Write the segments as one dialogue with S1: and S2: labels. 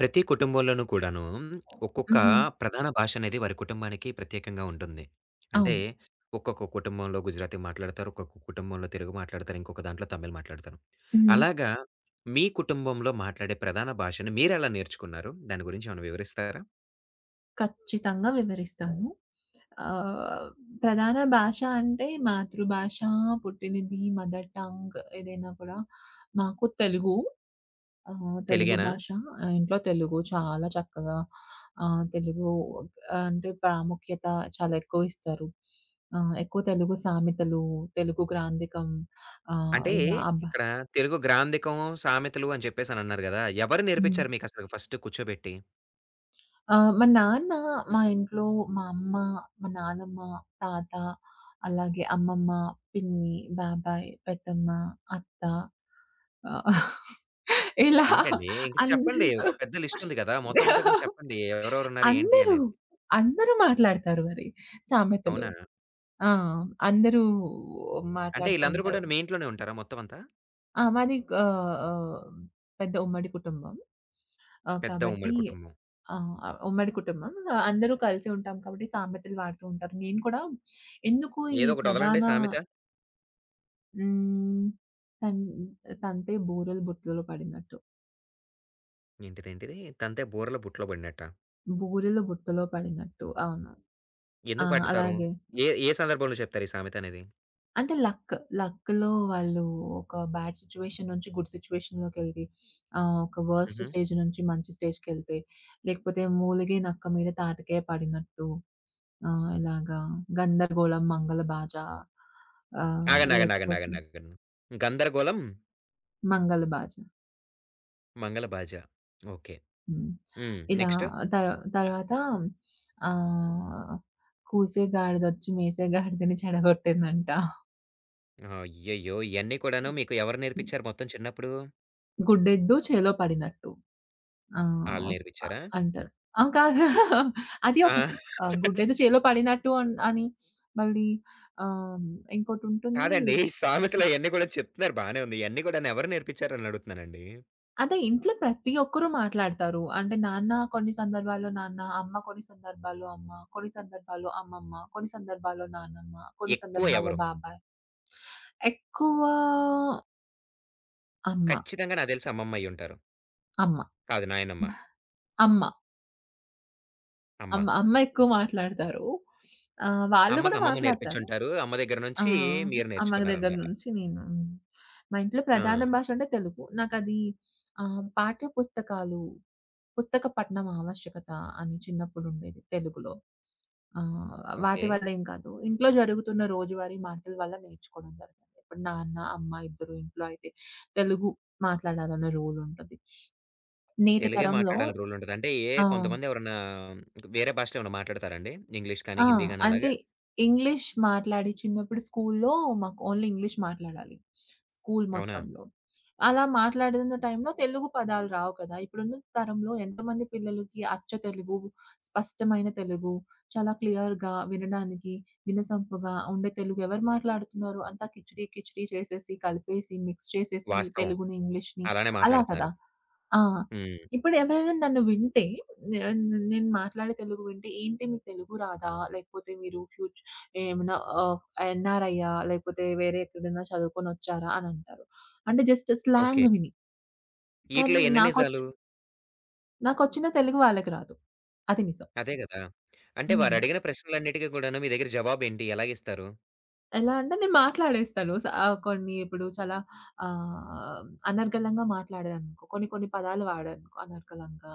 S1: ప్రతి కుటుంబంలోనూ కూడాను ఒక్కొక్క
S2: హుహు.
S1: ప్రధాన భాష అనేది వారి కుటుంబానికి ప్రత్యేకంగా ఉంటుంది. అంటే
S2: అవును.
S1: ఒక్కొక్క కుటుంబంలో గుజరాతీ మాట్లాడతారు. ఒక్కొక్క కుటుంబంలో తెలుగు మాట్లాడతారు. ఇంకొక దాంట్లో తమిళ్ మాట్లాడతారు.
S2: హ్మ్.
S1: అలాగా మీ కుటుంబంలో మాట్లాడే ప్రధాన భాషను మీరెలా నేర్చుకున్నారు? దాని గురించి ఏమైనా వివరిస్తారా?
S2: ఖచ్చితంగా వివరిస్తాను. ఆహ్, ప్రధాన భాష అంటే మాతృభాష, పుట్టినది, మదర్ టంగ్ ఏదైనా కూడా మాకు తెలుగు. తెలుగు
S1: తెలుగేనా?
S2: భాష. ఇంట్లో తెలుగు చాలా చక్కగా తెలుగు అంటే ప్రాముఖ్యత చాలా ఎక్కువ ఇస్తారు. ఎక్కువ తెలుగు సామెతలు, తెలుగు గ్రాంధికం
S1: అంటే
S2: ఇలా అబ్బా!
S1: ఇక్కడ తెలుగు గ్రాంథికం, సామెతలు అని చెప్పేసనన్నారు గదా! ఎవరు
S2: హ్మ్.
S1: నేర్పించారు మీకసలు ఫస్ట్ కూర్చోబెట్టి?
S2: ఆ! మా నాన్న, మా ఇంట్లో మా అమ్మ, మా నానమ్మ, తాత, అలాగే అమ్మమ్మ, పిన్ని, బాబాయ్, పెద్దమ్మ, అత్త ఆహ్, ఇలా
S1: ఏంటండి? ఇంక చెప్పండి.
S2: అందరూ
S1: ఒక పెద్ద లిస్ట్ ఉంది గదా! మొత్తం అంతా గాని చెప్పండి. ఎవరెవరున్నారు? ఏంటి
S2: అందరూ,
S1: అనేది?
S2: అందరూ మాట్లాడతారు మరి సామెతలు.
S1: అవునా?
S2: ఆ! అందరూ
S1: అంటే
S2: మాట్లాడుతూ
S1: ఈళ్ళందరూ
S2: ఉంటారు.
S1: కూడాను మీ ఇంట్లోనే ఉంటారా మొత్తమంతా?
S2: ఆ! మాది ఆహ్, ఆహ్, పెద్ద ఉమ్మడి కుటుంబం.
S1: పెద్ద
S2: కాబట్టి
S1: ఉమ్మడి కుటుంబం.
S2: ఆహ్, ఆహ్, ఉమ్మడి కుటుంబం. అందరూ కలిసే ఉంటాం కాబట్టి సామెతలు వాడుతూ ఉంటారు. నేను కూడా ఎందుకు ఈ
S1: ఏదో ఒకటి వదలండి
S2: ప్రధాన.
S1: సామెత.
S2: హ్మ్. తన్ తంతే బూరెలు బుట్టలో పడినట్టు.
S1: ఏంటిదేంటిది? 'తంతె బూరల బుట్టలో పడినట్టా?'
S2: బూరెలు బుట్టలో పడినట్టు. అవును. ఆ!
S1: ఎందుకు పడతారు?
S2: అలాగే.
S1: ఏ ఏ సందర్భంలో చెప్తారు ఈ సామెత అనేది?
S2: అంటే లక్. లక్‌లో వాళ్ళు ఒక బ్యాడ్ సిట్యుయేషన్ నుంచి గుడ్ సిట్యుయేషన్‌లోకెళ్ళి, ఒక వర్స్ట్
S1: హుహు.
S2: స్టేజ్ నుంచి మంచి స్టేజ్‌కెళ్తే, లేకపోతే మూలిగే నక్క మీద తాటకాయ పడినట్టు, ఇలాగా గందరగోళం, మంగళబాజ,
S1: ఆగండి. ఆగండి. ఆగండి.
S2: లేకపోతే
S1: ఆగండి. ఆగండి. 'గందరగోళం
S2: మంగళబాజ.
S1: మంగళ బాజ.' ఓకే.
S2: హ్మ్.
S1: హ్మ్.
S2: ఇలా
S1: నెక్స్ట్?
S2: తర్ తర్వాత ఆహ్, కూసే గాడిదొచ్చి మేసే గాడిదని చెడగొట్టిందంట.
S1: అయ్యయ్యో! ఇయన్నీ కూడాను మీకు ఎవరు నేర్పించారు మొత్తం చిన్నప్పుడు?
S2: గుడ్డెద్దు చేలో పడినట్టు. ఆ!
S1: ఆళ్ళు
S2: అ
S1: నేర్పించారా?
S2: అంటారు. ఆ! కాదు. అది
S1: ఆ!
S2: ఒకటి. గుడ్డేదో చేలో పడినట్టు అని మళ్ళీ ఆహ్, ఇంకోటుంటుంది.
S1: కాదండి. ఈ సామెతలు అయన్నీ కూడా చెప్తున్నారు బానే ఉంది. ఇయన్నీ కూడాను ఎవరు నేర్పించారని అడుగుతున్నానండి?
S2: అదే ఇంట్లో ప్రతి ఒక్కరు మాట్లాడతారు. అంటే నాన్న కొన్ని సందర్భాల్లో నాన్న, అమ్మ కొన్ని సందర్భాల్లో అమ్మ, కొన్ని సందర్భాల్లో అమ్మమ్మ, కొన్ని సందర్భాల్లో నానమ్మ, కొన్ని
S1: ఎక్కువ
S2: సందర్భాల్లో
S1: ఎవరు?
S2: బాబాయ్. ఎక్కువ అమ్మ,
S1: ఖచ్చితంగా నాకు తెలిసి అమ్మమ్మ అయ్యుంటారు.
S2: అమ్మ,
S1: కాదు నాయనమ్మ.
S2: అమ్మ,
S1: అమ్మ.
S2: అమ్మ ఎక్కువ మాట్లాడతారు. వాళ్ళు
S1: అమ్మకి
S2: కూడా
S1: అమ్మమ్మ
S2: మాట్లాడతారు.
S1: నేర్పించుంటారు. అమ్మ దగ్గర
S2: ఆ!
S1: నుంచి మీరు
S2: అమ్మ దగ్గర
S1: నేర్చుకున్నారనమాట.
S2: నుంచి నేను. హ్మ్. మా ఇంట్లో ప్రధాన
S1: ఆ!
S2: భాష అంటే తెలుగు. నాకది పాఠ్య పుస్తకాలు, పుస్తక పఠనం ఆవశ్యకత అని చిన్నప్పుడు ఉండేది తెలుగులో. ఆహ్, వాటి
S1: ఓకే.
S2: వల్లేం కాదు. ఇంట్లో జరుగుతున్న రోజువారీ మాటల వల్ల నేర్చుకోవడం జరిగింది. ఇప్పుడు నాన్న, అమ్మ ఇద్దరు ఇంట్లో అయితే తెలుగు మాట్లాడాలన్న రూల్ ఉంటది. నేటి
S1: తెలుగే
S2: తరంలో
S1: మాట్లాడాలని రూల్ ఉండదు. అంటే ఏ
S2: ఆ!
S1: కొంతమంది ఎవరన్నా వేరే భాషలు ఏమైనా మాట్లాడతారండి? ఇంగ్లీష్ కానీ,
S2: ఆ!
S1: హిందీ గాని
S2: అంటే
S1: అలాగా?
S2: ఇంగ్లీష్ మాట్లాడి చిన్నప్పుడు స్కూల్లో మాకు ఓన్లీ ఇంగ్లీష్ మాట్లాడాలి. స్కూల్
S1: అవునా?
S2: మొత్తంలో. అలా మాట్లాడుతున్న టైంలో తెలుగు పదాలు రావు కదా! ఇప్పుడున్న తరంలో ఎంతమంది పిల్లలకి అచ్చ తెలుగు, స్పష్టమైన తెలుగు, చాలా క్లియర్‌గా వినడానికి, వినసొంపుగా ఉండే తెలుగు ఎవరు మాట్లాడుతున్నారు? అంతా కిచిడీ కిచిడీ చేసేసి, కలిపేసి, మిక్స్ చేసేసి
S1: వాస్తవం.
S2: తెలుగుని, ఇంగ్లీష్‌ని
S1: అలానే
S2: అలా
S1: మాట్లాడుతున్నారు.
S2: కదా! ఆ!
S1: హ్మ్.
S2: ఇప్పుడెవరైనా నన్ను వింటే నేన్ నేను మాట్లాడే తెలుగు వింటే, "ఏంటి మీకు తెలుగు రాదా? లేకపోతే మీరు ఫ్యూచ్ ఏమన్నా ఆహ్, ఎన్ఆర్ఐయా? లేకపోతే వేరే ఎక్కడైనా చదువుకొనొచ్చారా?" అనంటారు. అంటే జస్ట్
S1: ఓకే.
S2: స్లాంగ్ విని.
S1: ఈటిలో
S2: కానీ
S1: ఎన్ని
S2: నాకొచ్చి
S1: నిజాలు?
S2: నాకొచ్చిన తెలుగు వాళ్ళకి రాదు. అది నిజం.
S1: అదే గదా! అంటే
S2: హ్మ్.
S1: వారడిగిన ప్రశ్నలన్నిటికి కూడాను మీ దగ్గర జవాబేంటి? ఎలాగిస్తారు?
S2: ఎలా అంటే నేను మాట్లాడేస్తాను. కొన్ని ఇప్పుడు చాలా ఆహ్, అనర్గళంగా మాట్లాడాననుకో, కొన్ని కొన్ని పదాలు వాడాననుకో అనర్గళంగా,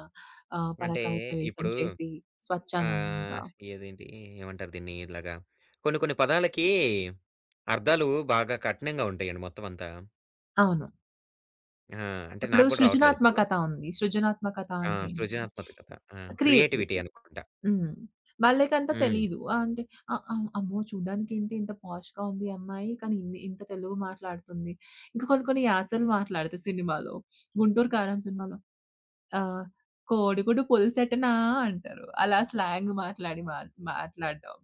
S1: అంటే
S2: పరకాయ ప్రవేశం
S1: ఇప్పుడు
S2: చేసి స్వచ్ఛానందంగా.
S1: ఆహ్, ఏదేంటి ఏమంటారు దీన్ని? ఇలాగా కొన్ని కొన్ని పదాలకి అర్థాలు బాగా కఠినంగా ఉంటాయండి మొత్తం అంతా.
S2: అవును.
S1: ఆ! అంటే
S2: ఇప్పుడు
S1: నాకు గూడా రావట్లేదిప్పుడు.
S2: సృజనాత్మకత ఉంది. సృజనాత్మకత
S1: ఆ!
S2: అంటే ఏంటి?
S1: సృజనాత్మక కథ. ఆ! Creativity
S2: creativity.
S1: అనుకుంటా.
S2: హ్మ్. వాళ్ళకంత
S1: హ్మ్.
S2: తెలీదు. అంటే ఆహ్, ఆహ్, అమ్మో! చూడ్డానికేంటి ఇంత పాష్‌గా ఉంది ఈ అమ్మాయి. కానీ ఇంత తెలుగు మాట్లాడుతుంది. ఇంకా కొన్ని కొన్ని యాసలు మాట్లాడతాయి సినిమాలో. 'గుంటూరు కారం' సినిమాలో ఆహ్, కోడిగుడ్డు పులుసెట్టనా అంటారు. అలా స్లాంగ్ మాట్లాడి మా మాట్లాడడం.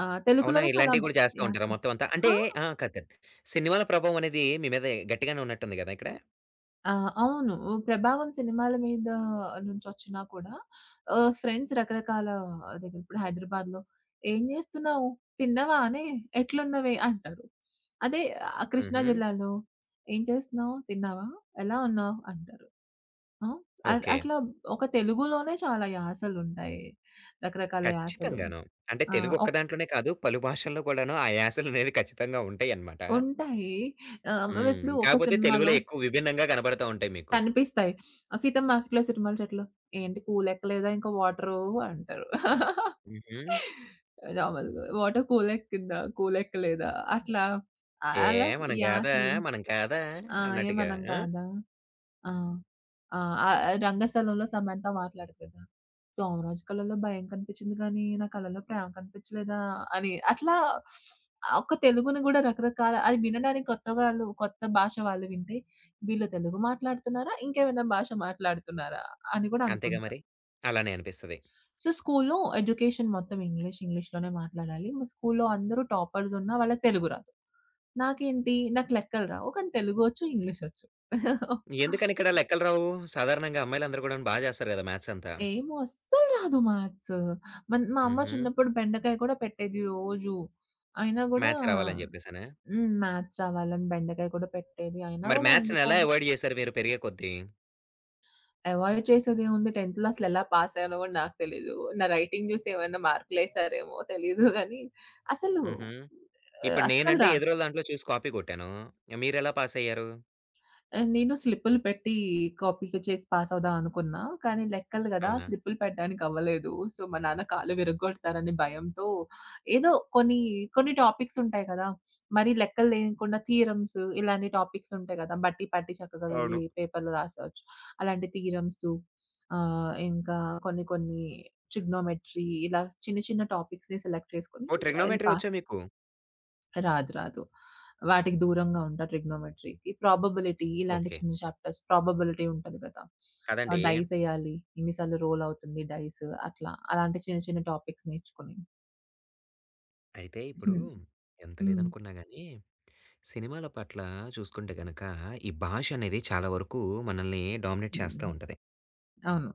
S1: అవునా?
S2: తెలుగులోనే చాలా
S1: ఇలాంటివి గూడా చేస్తా ఉంటారా
S2: యాసలు.
S1: మొత్తం అంతా? అంటే
S2: ఆ!
S1: ఆ! కాదు కాదు. సినిమాల ప్రభావం అనేది మీ మీద గట్టిగానే ఉన్నట్టుంది గదా! ఇక్కడ?
S2: ఆ! అవును. 'ప్రభావం' సినిమాల మీద నుంచొచ్చినా కూడా ఫ్రెండ్స్ రకరకాల దగ్గర ఇప్పుడు హైదరాబాద్‌లో "ఏం జేస్తున్నావు? తిన్నవా అనే? ఎట్లున్నవే?" అంటారు. అదే కృష్ణా
S1: హుహు.
S2: జిల్లాలో "ఏం చేస్తున్నావు? తిన్నావా? ఎలా ఉన్నావు?" అంటారు. ఆ! అ
S1: ఓకే.
S2: అట్లా ఒక తెలుగులోనే చాలా యాసలుంటాయి. రకరకాల యాసలు.
S1: ఖచ్చితంగాను. అంటే
S2: ఆ!
S1: తెలుగు ఒక్క
S2: ఒక్
S1: దాంట్లోనే కాదు, పలు భాషల్లో కూడాను ఆ యాసలనేవి ఖచ్చితంగా ఉంటాయన్నమాట.
S2: ఉంటాయి.
S1: హ్మ్.
S2: ఇప్పుడు ఒక
S1: కాపోతే
S2: సినిమాలో
S1: తెలుగులో ఎక్కువ విభిన్నంగా కనబడతా ఉంటాయి మీకు.
S2: కనిపిస్తాయి. ఆ సీతమ్మ మార్కెట్‌లో సిరిమాల చెట్లు. ఏంటి కూలెక్కలేదా ఇంకా వాటరు అంటారు.
S1: హుహు.
S2: మామూలుగా వాటర్ కూలెక్కిందా? కూలెక్కలేదా? అట్లా
S1: ఏ
S2: అలా
S1: మనం గాదా,
S2: యాసలు.
S1: మనం కాదా
S2: ఆ!
S1: అన్నట్టుగా.
S2: ఏమనం
S1: ఆ!
S2: కాదా? ఆ! ఆ! రంగస్థలంలో సమంత మాట్లాడుతదా? సోమరాజు కళలో భయం కనిపించింది గానీ, నా కళలో ప్రేమ కనిపించలేదా? అని అట్లా ఒక తెలుగుని గూడా రకరకాల అది వినడానికి కొత్త వాళ్ళు కొత్త భాష వాళ్ళు వింటే వీళ్ళు తెలుగు మాట్లాడుతున్నారా? ఇంకేమైనా భాష మాట్లాడుతున్నారా? అని కూడా
S1: అంతేగా
S2: అనుకుంటారు.
S1: మరి? అలానే అనిపిస్తది.
S2: సో, స్కూల్లో ఎడ్యుకేషన్ మొత్తం ఇంగ్లీష్, ఇంగ్లీష్‌లోనే మాట్లాడాలి. మా స్కూల్లో అందరూ టాపర్స్ ఉన్నా వాళ్ళకి తెలుగు రాదు. నాకేంటి నాకు లెక్కలు రావు. కానీ తెలుగొచ్చు, ఇంగ్లీషొచ్చు.
S1: ఎందుకనిక్కడ లెక్కలు రావు? సాధారణంగా అమ్మాయిలందరూ గూడాను బా జేస్తారు గదా! మ్యాథ్స్ అంతా.
S2: ఏమో అస్సలు రాదు మ్యాథ్స్. మా అమ్మ
S1: హుహు.
S2: చిన్నప్పుడు బెండకాయ కూడా పెట్టేది రోజు. అయినా గూడా
S1: మ్యాథ్స్ రావాలని జెప్పేసనా?
S2: హ్మ్. మ్యాథ్స్ రావాలని బెండకాయ కూడా పెట్టేది. అయినా
S1: మరి
S2: గూడా ఎందుకో
S1: మ్యాథ్స్‌నెలా అవాయిడ్ జేశారు మీరు పెరిగే కొద్దీ?
S2: అవాయిడ్ చేసేదేముంది 10థ్ అసలు ఎలా పాస్ అయ్యానో గూడా నాకు తెలీదు. నా రైటింగ్ జూసి ఏమైనా మార్కులేసారేమో తెలీదు గానీ, అసలు
S1: హుహు. ఇప్పుడు
S2: అస్సలు
S1: నేనంటే
S2: రాదు.
S1: ఎదురోళ్ళ దాంట్లో చూసి కాపీ కొట్టాను. మీరెలా పాసయ్యారు?
S2: నేను స్లిప్పులు పెట్టి కాపీ‌కి చేసి పాసవుదాం అనుకున్నా. కానీ లెక్కలు గదా!
S1: అవునా?
S2: స్లిప్పులు పెట్టడానికి అవ్వలేదు. సో, మా నాన్న కాళ్ళు విరగ్గొడతారని భయంతో ఏదో కొన్ని, కొన్ని టాపిక్స్ ఉంటాయి కదా! మరి లెక్కలు లేకుండా థీరమ్స్ ఇలాంటి టాపిక్స్ ఉంటాయి గదా! బట్టి పట్టి చక్కగా
S1: అవును.
S2: వెళ్లి పేపర్‌లో రాసేయొచ్చు. అలాంటి థీరమ్స్ ఇంకా కొన్ని కొన్ని ట్రిగ్నోమెట్రీ ఇలా చిన్న చిన్న టాపిక్స్‌ని సెలెక్ట్ చేసుకొని
S1: ఓహ్!
S2: వెళ్లి
S1: ట్రిగ్నోమెట్రీ
S2: పా
S1: ఒచ్చా మీకు?
S2: రాదు. రాదు. వాటికి దూరంగా ఉంటా ట్రిగ్నోమెట్రీకి. ప్రాబబిలిటీ ఇలాంటి
S1: ఓకే.
S2: చిన్న చాప్టర్స్ ప్రాబబిలిటీ ఉంటది కదా!
S1: కాదండి.
S2: డైస్ ఎయాలి. ఎన్ని సార్లు రోల్ అవుతుంది డైస్ అట్లా. అలాంటి చిన్న చిన్న టాపిక్స్ నేర్చుకుని.
S1: అయితే ఇప్పుడు
S2: హ్మ్.
S1: ఎంత
S2: హ్మ్.
S1: లేదనుకున్నా గానీ, సినిమాల పట్ల చూసుకుంటే గనక, ఈ భాషనేది చాలా వరకు మనల్ని డామినేట్ చేస్తా
S2: హ్మ్.
S1: ఉంటది.
S2: అవును.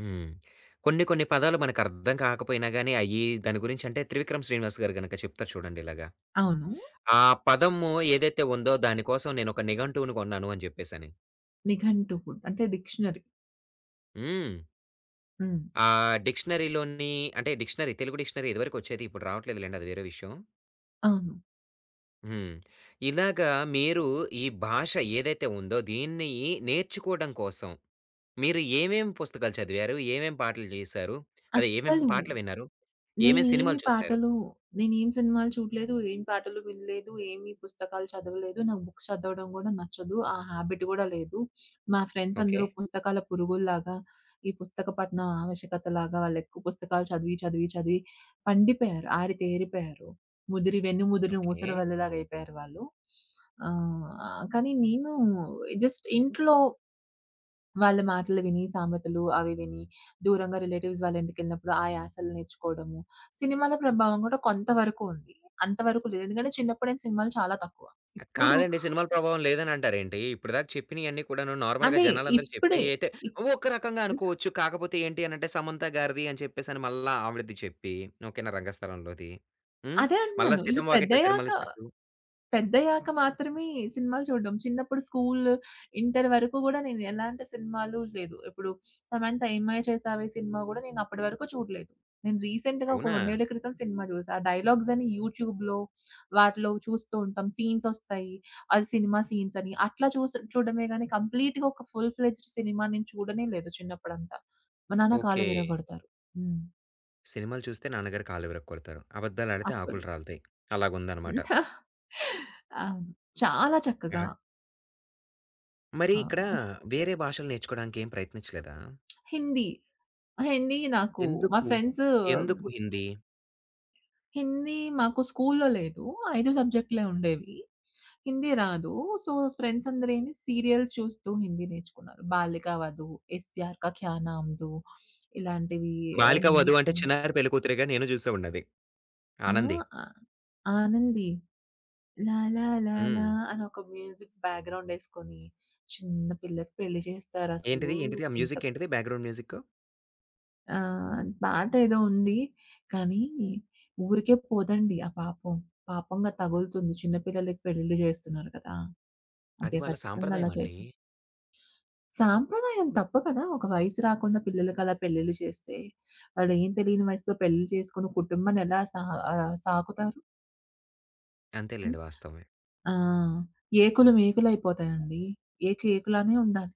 S1: హ్మ్. కొన్ని కొన్ని పదాలు మనకర్థం కాకపోయినా గాని అయ్యి దాని గురించంటే త్రివిక్రమ్ శ్రీనివాస్ గారు గనక చెప్తారు చూడండి ఇలాగా.
S2: అవును.
S1: ఆ పదము ఏదైతే ఉందో దాని కోసం నేనొక నిఘంటువును కొన్నాను అని చెప్పేసని.
S2: నిఘంటువు అంటే డిక్షనరీ.
S1: హ్మ్.
S2: హ్మ్.
S1: ఆ డిక్షనరీలోని అంటే డిక్షనరీ తెలుగు డిక్షనరీ ఇదివరకొచ్చేది. ఇప్పుడు రావట్లేదులెండి అది వేరే విషయం.
S2: అవును.
S1: హ్మ్. ఇలాగా మీరు ఈ భాష ఏదైతే ఉందో దీన్ని నేర్చుకోవడం కోసం మీరు ఏమేం పుస్తకాలు చదివారు? ఏమేం పాటలు చేశారు? అదే ఏమేం
S2: అస్సలు
S1: పాటలు విన్నారు? ఏమేం
S2: నేనేమి
S1: సినిమాలు చూసారు?
S2: పాటలు నేనేం సినిమాలు చూడలేదు, ఏం పాటలు వినలేదు, ఏమి పుస్తకాలు చదవలేదు. నాకు బుక్స్ చదవడం గూడా నచ్చదు. ఆ హాబిట్ గూడా లేదు. మా ఫ్రెండ్స్
S1: ఓకే.
S2: అందరూ పుస్తకాల పురుగుల్లాగా, ఈ పుస్తక పఠనం ఆవశ్యకతలాగా వాళ్ళెక్కువ పుస్తకాలు చదివి, చదివి, చదివి పండిపోయారు. ఆరితేరిపోయారు. ముదిరి వెన్ను ముదిరిన
S1: ఓకే.
S2: ఊసరవెల్లలాగా అయిపోయారు వాళ్ళు. కానీ నేను జస్ట్ ఇంట్లో వాళ్ళ మాటలు విని సామెతలు అవి విని, దూరంగా రిలేటివ్స్ వాళ్ళ ఇంటికెళ్ళినప్పుడు ఆ యాసలు నేర్చుకోవడము. సినిమాల ప్రభావం కూడా కొంతవరకు ఉంది. అంతవరకు లేదు. ఎందుకంటే చిన్నప్పుడు నేను సినిమాలు చాలా తక్కువ. ఇప్పుడు
S1: కాదండి. సినిమాల ప్రభావం లేదని అంటారేంటి? ఇప్పటిదాకా చెప్పినయన్నీ కూడాను నార్మల్‌గా
S2: అదే
S1: జనాలందరూ
S2: ఇప్పుడే.
S1: చెప్పేయి అయితే
S2: ఇప్
S1: ఒక రకంగా అనుకోవచ్చు. కాకపోతే ఏంటి అనంటే 'సమంత' గారిది అని చెప్పేసని మళ్ళా ఆవిడది చెప్పి ఓకేనా రంగస్థలంలోది. హ్మ్.
S2: అదే
S1: మళ్ళా
S2: అంటున్నాను. ఈ
S1: 'సీతమ్మ వాకిట్లో
S2: పెద్దయ్యాక
S1: సిరిమల్లె చెట్టు'
S2: పెద్దయ్యాక మాత్రమే సినిమాలు చూడడం. చిన్నప్పుడు స్కూలు, ఇంటర్ వరకు గూడా నేను ఎలాంటి సినిమాలు లేదు. ఇప్పుడు 'సమంత ఏమై చేసావే' సినిమా గూడా నేను అప్పటి వరకు చూడలేదు. నేను రీసెంట్‌గా ఒక
S1: అవునా?
S2: 2 క్రితం సినిమా చూసా. ఆ డైలాగ్స్ అన్ని యూట్యూబ్‌లో వాటిలో చూస్తూ ఉంటాం. సీన్స్ ఒస్తాయి. అది సినిమా సీన్స్ అని. అట్లా చూడడమే గానీ కంప్లీట్‌గా ఒక ఫుల్ ఫ్లెడ్జ్డ్ సినిమా నేను చూడనే లేదు చిన్నప్పుడంతా. మా నాన్న కాళ్ళు
S1: ఓకే.
S2: విరగొడతారు. హ్మ్.
S1: సినిమాలు చూస్తే నాన్నగారు కాళ్ళువిరగ కొడతారు. అబద్దాలాడితే
S2: అప్పుడు.
S1: ఆకులు రాలతాయి. అలాగుందనమాట.
S2: అవును. చాలా చక్కగా.
S1: ఆహా! మరి
S2: ఆ!
S1: ఇక్కడ వేరే భాషలు నేర్చుకోవడానికి ఏం ప్రయత్నించలేదా?
S2: హిందీ. హిందీ నాకు మా
S1: ఎందుకు?
S2: ఫ్రెండ్స్
S1: ఎందుకు హిందీ?
S2: హిందీ మాకు స్కూల్లో లేదు. 5 సబ్జెక్ట్‌లే ఉండేవి. హిందీ రాదు. సో, ఫ్రెండ్స్ అందరేని సీరియల్స్ చూస్తూ హిందీ నేర్చుకున్నారు. 'బాలిక వధు', 'ఇస్ ప్యార్ కా క్యా నామ్ దూँ' ఇలాంటివి
S1: 'బాలిక
S2: హిందీ
S1: వధువు' అంటే
S2: సినిమా.
S1: 'చిన్నారి పెళ్ళికూతురే'గా నేను చూసేవుడినది.
S2: ఆ!
S1: 'ఆనంది'.
S2: ఆహ్, 'ఆనంది' 'లా లా లా
S1: హ్మ్.
S2: లా' అని ఒక మ్యూజిక్ బ్యాక్‌గ్రౌండ్ యేసుకొని చిన్న పిల్లకి పెళ్లి చేస్తారసలు.
S1: ఏంటిది? ఆ
S2: ఎంత
S1: మ్యూజిక్ ఏంటిది? Background music?
S2: పాటేదో ఉంది. కానీ ఊరికే పోదండి ఆ పాపం. పాపంగా తగులుతుంది. చిన్న పిల్లలకి పెళ్లిళ్ళు జేస్తున్నారు కదా!
S1: అది
S2: అదే
S1: వాళ్ళ
S2: ఖచ్చితంగా అలా
S1: సాంప్రదాయమండి.
S2: చేయకు సాంప్రదాయం తప్పు కదా! ఒక వయసు రాకుండా పిల్లలకి అలా పెళ్లిళ్ళు చేస్తే, వాళ్ళేం తెలియని వయసులో పెళ్లిళ్ళు చేసుకొని కుటుంబాన్ని ఎలా సాకుతారు? హ్మ్.
S1: అంతేలెండి వాస్తవమే.
S2: ఆ! ఏకులు మేకులైపోతాయండి. ఏకు ఏకులానే ఉండాలి.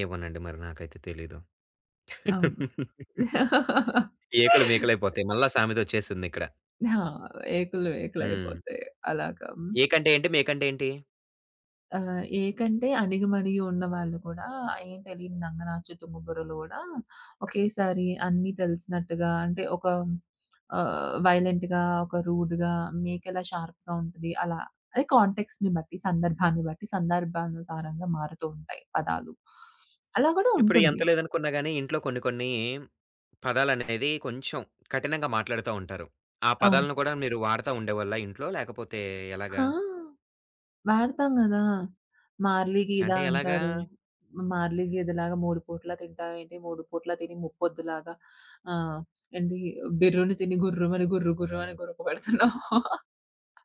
S1: ఏమోనండి మరి నాకైతే తెలీదు.
S2: అవును.
S1: ఏకులు మేకలైపోతాయి. మళ్ళా సామెతొచ్చేసిందిక్కడ.
S2: ఆ! ఏకులు
S1: హ్మ్.
S2: ఏకులైపోతాయి. అలాగా.
S1: ఏకంటే ఏంటి? మేకంటే ఏంటి?
S2: ఏకంటే అణిగిమణిగి ఉన్నవాళ్ళు కూడా ఏం తెలియని నంగనాచు తుంగబుర్రలు గూడా ఒకేసారి అన్నీ తెలిసినట్టుగా అంటే ఒక వైలెంట్‌గా, ఒక రూడ్‌గా మీకెలా షార్ప్‌గా ఉంటది అలా. అది కాంటెక్స్ట్‌ని బట్టి, సందర్భాన్ని బట్టి, సందర్భానుసారంగా మారుతూ ఉంటాయి పదాలు. అలా గూడా
S1: ఇప్పుడు
S2: ఉంటుంది.
S1: ఎంత లేదనుకున్నా గాని ఇంట్లో కొన్ని కొన్ని పదాలనేది కొంచెం కఠినంగా మాట్లాడుతా ఉంటారు. ఆ
S2: అవును.
S1: పదాలను కూడా మీరు వాడతా ఉండేవాళ్ళా ఇంట్లో? లేకపోతే ఎలాగా?
S2: ఆ! వాడతాం గదా! మార్లి గీద
S1: అంటే ఎలాగా?
S2: అంటారు. మార్లి గేదెలాగా 3 పూటలా తింటావేంటి? 3 పూటలా తిని ముప్పొద్దులాగా ఆహ్, ఏంటి బిర్రుని తిని గుర్రుమని గుర్రు గుర్రుమని గురకబెడుతున్నావు.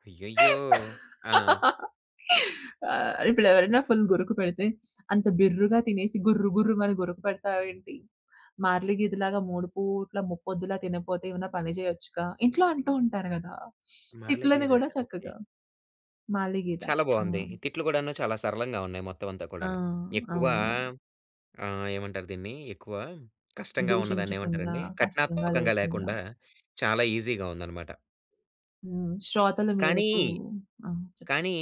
S1: అయ్యయ్యో! ఆ!
S2: ఇప్పుడు ఎవరైనా ఫుల్ గురక పెడితే, అంత బిర్రుగా తినేసి గుర్రు గుర్రుమని గురకపెడతావేంటి? మార్లి గీదెలాగా 3 పూట్ల ముప్పొద్దులా తినపోతే ఏమైనా పని చేయొచ్చుగా? ఇంట్లో అంటూ ఉంటారు గదా!
S1: మరల
S2: తిట్లని
S1: గేదె.
S2: గూడా
S1: ఓకే.
S2: చక్కగా. మార్లి గీద.
S1: చాలా
S2: ఆ!
S1: బావుంది. తిట్లు కూడాను చాలా సరళంగా ఉన్నాయి మొత్తం అంతా
S2: ఆ!
S1: కూడాను. ఎక్కువ
S2: అవును.
S1: ఏమంటారు దీన్ని? ఎక్కువ కష్టంగా ఉన్నదాన్ని
S2: దూషించకుండా,
S1: ఏమంటారండి?
S2: కష్టంగా
S1: కఠినాత్మకంగా
S2: లేకుండా.
S1: లేకుండా చాలా ఈజీగా ఉందనమాట.
S2: హ్మ్. శ్రోతల
S1: కానీ,
S2: మేరకు ఆ! చెప్
S1: కానీ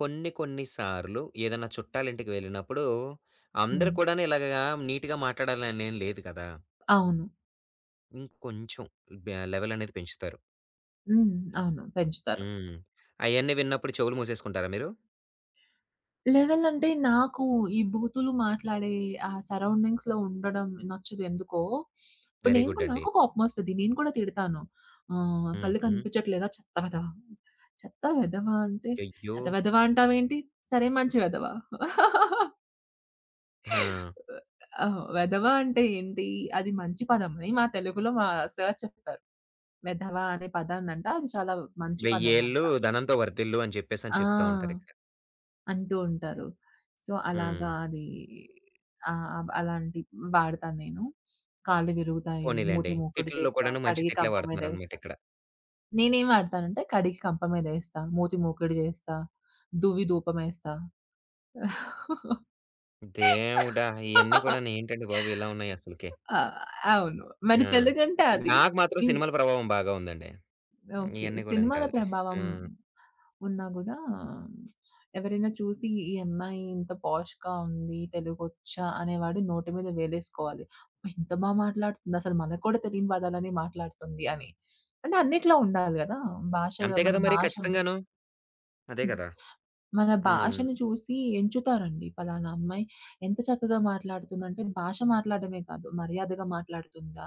S1: కొన్ని కొన్ని సార్లు ఏదన్నా చుట్టాలింటికి వెళ్ళినప్పుడు
S2: హ్మ్.
S1: అందరూ కూడాను ఇలాగా నీట్‌గా మాట్లాడాలనేం లేదు కదా!
S2: అవును.
S1: ఇంకొంచెం బ్య లెవెల్ అనేది పెంచుతారు.
S2: హ్మ్. అవును. పెంచుతారు.
S1: హ్మ్. అయన్నీ విన్నప్పుడు చెవులు మూసేసుకుంటారా మీరు?
S2: లెవెల్ అంటే నాకు ఈ బూతులు మాట్లాడే ఆ సరౌండింగ్స్‌లో ఉండడం నచ్చదెందుకో. ఇప్పుడు
S1: వెరీ
S2: నేను
S1: గుడ్
S2: కూడా
S1: అండి.
S2: నాకు కోపమొస్తది. నేను కూడా తిడతాను. "కళ్ళు
S1: హుహు.
S2: కనిపించట్లేదా చెత్త వెధవ." చెత్త వెధవ అంటే,
S1: అయ్యో!
S2: "చెత్త వెధవ అంటావేంటి? సరే మంచి వెధవ."
S1: ఆ!
S2: ఆ! వెధవ అంటే ఏంటి? అది మంచి పదమని మా తెలుగులో మా సార్ చెప్పారు. వెధవ అనే పదాన్నంట అది చాలా మంచి పదం అంట.
S1: "వెయ్యేళ్ళు ధనంతో వర్ధిల్లు" అని చెప్పేసని చెప్తా
S2: ఆ!
S1: ఉంటారిక్కడ.
S2: అంటూ ఉంటారు. సో, అలాగా
S1: హ్మ్.
S2: అది. ఆ! అలాంటి వాడతాను నేను. కాళ్ళు విరుగుతాయి, మూతి
S1: పోనీలెండి.
S2: మూకుడు
S1: తిట్లలో
S2: చేస్తా,
S1: కూడాను మంచి
S2: కడిగి
S1: తిట్లే
S2: కంప
S1: వాడుతున్నారనమాట
S2: మీదేస్తా.
S1: ఇక్కడ.
S2: నేనేం వాడతానంటే కడిగి కంప మీదేస్తా, మూతి మూకుడు చేస్తా, దువ్వి ధూపమేస్తా.
S1: దేవుడా! ఇయన్నీ కూడాను ఏంటండి బాబు! ఇలా ఉన్నాయి అసలకి.
S2: ఆ! అవును. మరి
S1: ఆ!
S2: తెలుగంటే అది.
S1: నాకు మాత్రం
S2: ఇన్
S1: సినిమాల ప్రభావం బాగా ఉందండి.
S2: ఓకే.
S1: ఇయన్నీ గూడాను
S2: సినిమాల
S1: కాదులే.
S2: ప్రభావం
S1: హ్మ్.
S2: ఉన్నా గూడా ఎవరైనా చూసి ఈ అమ్మాయి ఇంత పాష్‌గా ఉంది, తెలుగొచ్చా అనేవాడు నోటి మీద వేలేసుకోవాలి. "అబ్బా! ఇంత బా మాట్లాడుతుంది. అసలు మనకు కూడా తెలియని పదాలన్నీ మాట్లాడుతుంది" అని. అంటే అన్నిట్లో ఉండాలి గదా! భాష
S1: అంతే
S2: మన
S1: కదా మరి
S2: భాష.
S1: ఖచ్చితంగాను. అదే
S2: హ్మ్.
S1: కదా!
S2: మన
S1: హ్మ్.
S2: భాషని చూసి ఎంచుతారండి. పలానా అమ్మాయి ఎంత చక్కగా మాట్లాడుతుందంటే భాష మాట్లాడడమే కాదు, మర్యాదగా మాట్లాడుతుందా?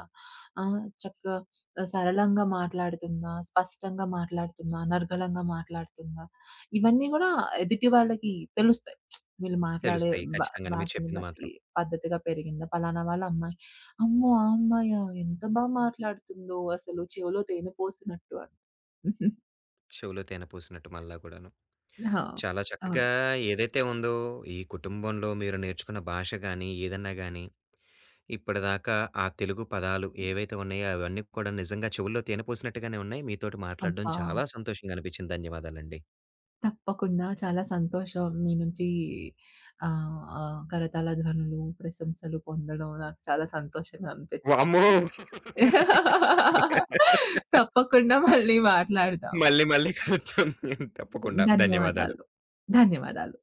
S2: చక్కగా సరళంగా మాట్లాడుతుందా? స్పష్టంగా మాట్లాడుతుందా? అనర్గళంగా మాట్లాడుతుందా? ఇవన్నీ గూడా ఎదుటి వాళ్ళకి తెలుస్తాయి. వీళ్ళు మాట్లాడే
S1: తెలుస్తాయి
S2: భా
S1: ఖచ్చితంగాను మీరు
S2: భాషని
S1: చెప్పింది
S2: బట్టి
S1: మాత్రం.
S2: పద్ధతిగా పెరిగిందా? పలానా వాళ్ళ అమ్మాయి. అమ్మో! ఆ అమ్మాయా? ఎంత బా మాట్లాడుతుందో అసలు చెవిలో తేనె పోసినట్టు అని.
S1: చెవిలో తేనె పూసినట్టు మళ్ళా గూడాను.
S2: ఆ!
S1: చాలా చక్కగా
S2: అవును.
S1: ఏదైతే ఉందో ఈ కుటుంబంలో మీరు నేర్చుకున్న భాష గాని, ఏదన్నా గాని ఇప్పటిదాకా ఆ తెలుగు పదాలు ఏవైతే ఉన్నాయో అవన్నీ కూడా నిజంగా చెవుల్లో తేనె పోసినట్టుగానే ఉన్నాయి. మీతోటి మాట్లాడడం
S2: అబ్బా!
S1: చాలా సంతోషంగా అనిపించింది. ధన్యవాదాలండి.
S2: తప్పకుండా. చాలా సంతోషం మీ నుంచి ఆహ్, ఆహ్, కరతాళ ధ్వనులు, ప్రశంసలు పొందడం నాకు చాలా సంతోషంగా అనిపించింది.
S1: వామ్మో!
S2: తప్పకుండా మళ్ళీ మాట్లాడదాం.
S1: మళ్ళీ మళ్ళీ కలుద్దాం. తప్పకుండా. ధన్యవాదాలు.
S2: ధన్యవాదాలు. ధన్యవాదాలు.